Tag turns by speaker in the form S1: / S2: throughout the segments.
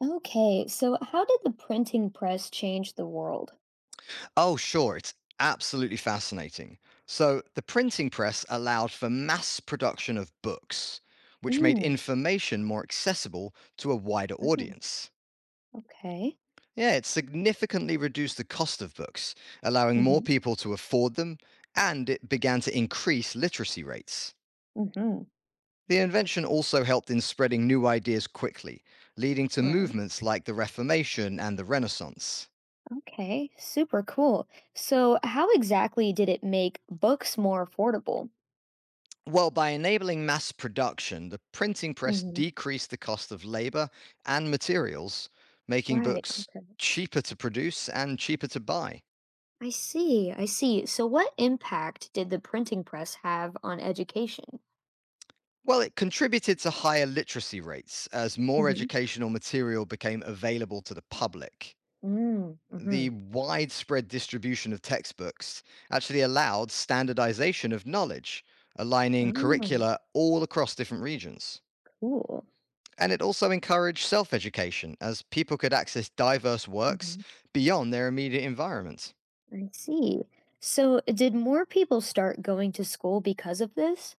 S1: Okay, so how did the printing press change the world?
S2: Oh, sure. It's absolutely fascinating. So, the printing press allowed for mass production of books, which made
S1: Mm,
S2: information more accessible to a wider
S1: oh,
S2: audience.
S1: okay.
S2: Yeah, it significantly reduced the cost of books, allowing more
S1: Mm-hmm.
S2: people to afford them, and it began to increase literacy rates.
S1: Mm-hmm.
S2: The invention also helped in spreading new ideas quickly, leading to
S1: Right.
S2: movements like the Reformation and the Renaissance.
S1: Okay. Super cool. So, how exactly did it make books more affordable?
S2: Well, by enabling mass production, the printing press
S1: Mm-hmm.
S2: decreased the cost of labor and materials, making
S1: Right.
S2: books
S1: Okay.
S2: cheaper to produce and cheaper to buy.
S1: I see, I see. So, what impact did the printing press have on education?
S2: Well, it contributed to higher literacy rates as more
S1: Mm-hmm.
S2: educational material became available to the public.
S1: Mm, mm-hmm.
S2: The widespread distribution of textbooks actually allowed standardization of knowledge, aligning
S1: Oh,
S2: curricula all across different regions.
S1: cool.
S2: And it also encouraged self education, as people could access diverse works
S1: Mm-hmm.
S2: beyond their immediate environments.
S1: I see. So, did more people start going to school because of this?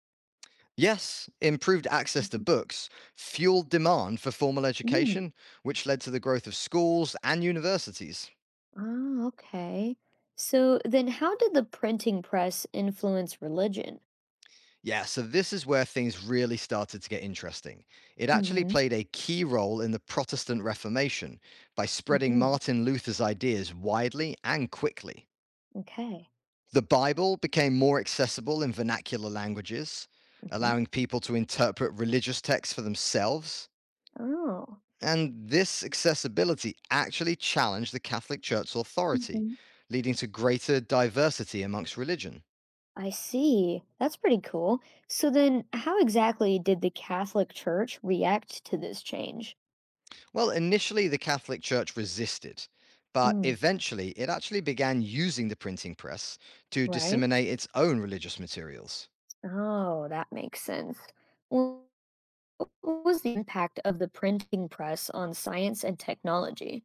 S2: Yes, improved access to books fueled demand for formal
S1: Mm.
S2: education, which led to the growth of schools and universities.
S1: Ah, okay. So then how did the printing press influence religion?
S2: Yeah, so this is where things really started to get interesting. It actually
S1: Hmm.
S2: played a key role in the Protestant Reformation by spreading
S1: Hmm.
S2: Martin Luther's ideas widely and quickly.
S1: Okay.
S2: The Bible became more accessible in vernacular languages,
S1: Hmm.
S2: allowing people to interpret religious texts for themselves.
S1: Oh.
S2: And this accessibility actually challenged the Catholic Church's authority,
S1: Hmm.
S2: leading to greater diversity amongst religion.
S1: I see. That's pretty cool. So then how exactly did the Catholic Church react to this change?
S2: Well, initially, the Catholic Church resisted, but
S1: Mm,
S2: eventually, it actually began using the printing press to
S1: right.
S2: disseminate its own religious materials.
S1: Oh, that makes sense. Well, what was the impact of the printing press on science and technology?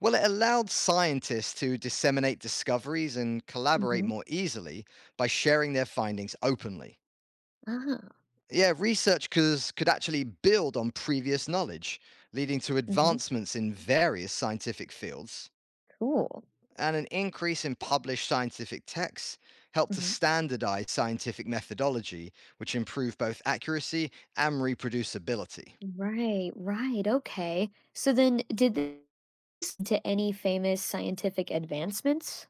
S2: Well, it allowed scientists to disseminate discoveries and collaborate
S1: Mm-hmm.
S2: more easily by sharing their findings openly.
S1: Ah,
S2: Yeah, research cause could actually build on previous knowledge, leading to
S1: hmm,
S2: advancements in various scientific fields.
S1: cool.
S2: And an increase in published scientific texts helped to standardize scientific methodology, which improved both accuracy and reproducibility.
S1: Right, right. Okay. So then, did this lead to any famous scientific advancements?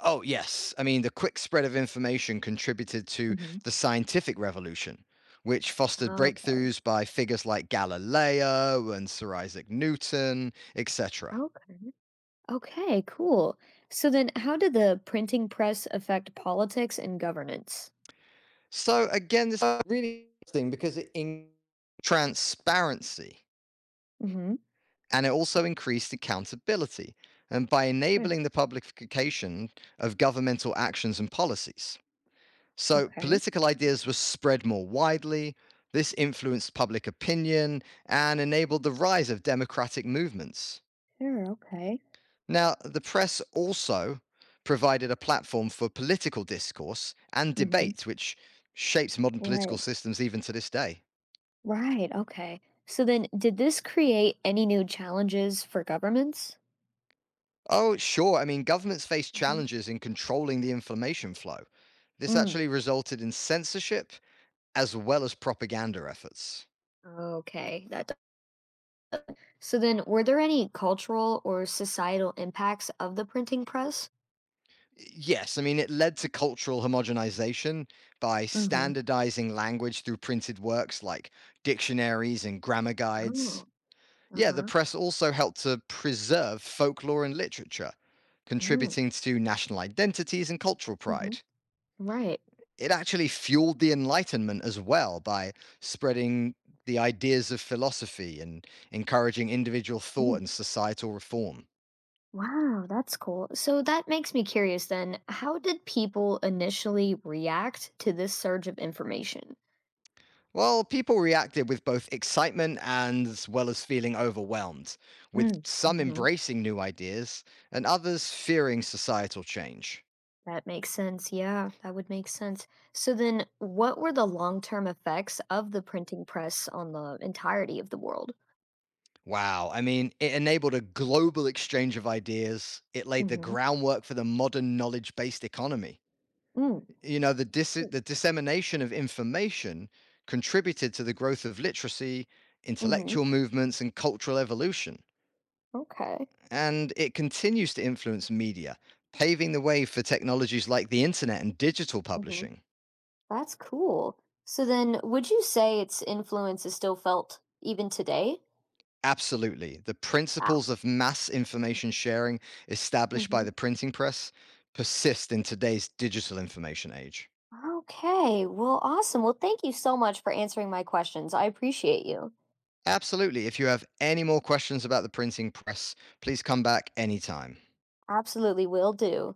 S2: Oh, yes. I mean, the quick spread of information contributed to
S1: Hmm.
S2: the scientific revolution, which fostered
S1: Okay,
S2: breakthroughs by figures like Galileo and Sir Isaac Newton, etc.
S1: okay, okay, cool. So then, how did the printing press affect politics and governance?
S2: So, again, this is really interesting because it increased transparency
S1: Mm-hmm.
S2: and it also increased accountability. And by
S1: Sure.
S2: enabling the publication of governmental actions and policies. So
S1: Okay.
S2: political ideas were spread more widely. This influenced public opinion and enabled the rise of democratic movements.
S1: Sure. Okay.
S2: Now, the press also provided a platform for political discourse and
S1: Mm-hmm.
S2: debate, which shapes modern political
S1: Right.
S2: systems even to this day.
S1: Right. Okay. So then, did this create any new challenges for governments?
S2: Oh, sure. I mean, governments face
S1: Mm-hmm.
S2: challenges in controlling the information flow. This
S1: Mm.
S2: actually resulted in censorship as well as propaganda efforts.
S1: Okay, that So then, were there any cultural or societal impacts of the printing press?
S2: Yes, I mean, it led to cultural homogenization by
S1: Hmm.
S2: standardizing language through printed works like dictionaries and grammar guides.
S1: Oh,
S2: Yeah, the
S1: uh-huh.
S2: press also helped to preserve folklore and literature,
S1: Mm,
S2: contributing to national identities and cultural
S1: hmm,
S2: pride.
S1: right.
S2: It actually fueled the Enlightenment as well by spreading the ideas of philosophy and encouraging individual thought
S1: Mm.
S2: and societal reform.
S1: Wow, that's cool. So that makes me curious then, how did people initially react to this surge of information?
S2: Well, people reacted with both excitement and as well as feeling overwhelmed, with
S1: Mm,
S2: some
S1: hmm.
S2: embracing new ideas and others fearing societal change.
S1: That makes sense. Yeah, that would make sense. So then, what were the long-term effects of the printing press on the entirety of the world?
S2: Wow, I mean, it enabled a global exchange of ideas. It laid the
S1: Mm-hmm.
S2: groundwork for the modern knowledge based economy.
S1: Mm.
S2: You know, the dissemination of information contributed to the growth of literacy,
S1: Mm-hmm.
S2: intellectual movements, and cultural evolution.
S1: Okay.
S2: And it continues to influence media, paving the way for technologies like the internet and digital publishing.
S1: That's cool. So then, would you say its influence is still felt even today?
S2: Absolutely. The
S1: Ah.
S2: principles of mass information sharing established by
S1: Hmm.
S2: the printing press persist in today's digital information age.
S1: Okay. Well, awesome. Well, thank you so much for answering my questions. I appreciate you.
S2: Absolutely. If you have any more questions about the printing press, please come back anytime.
S1: Absolutely will do.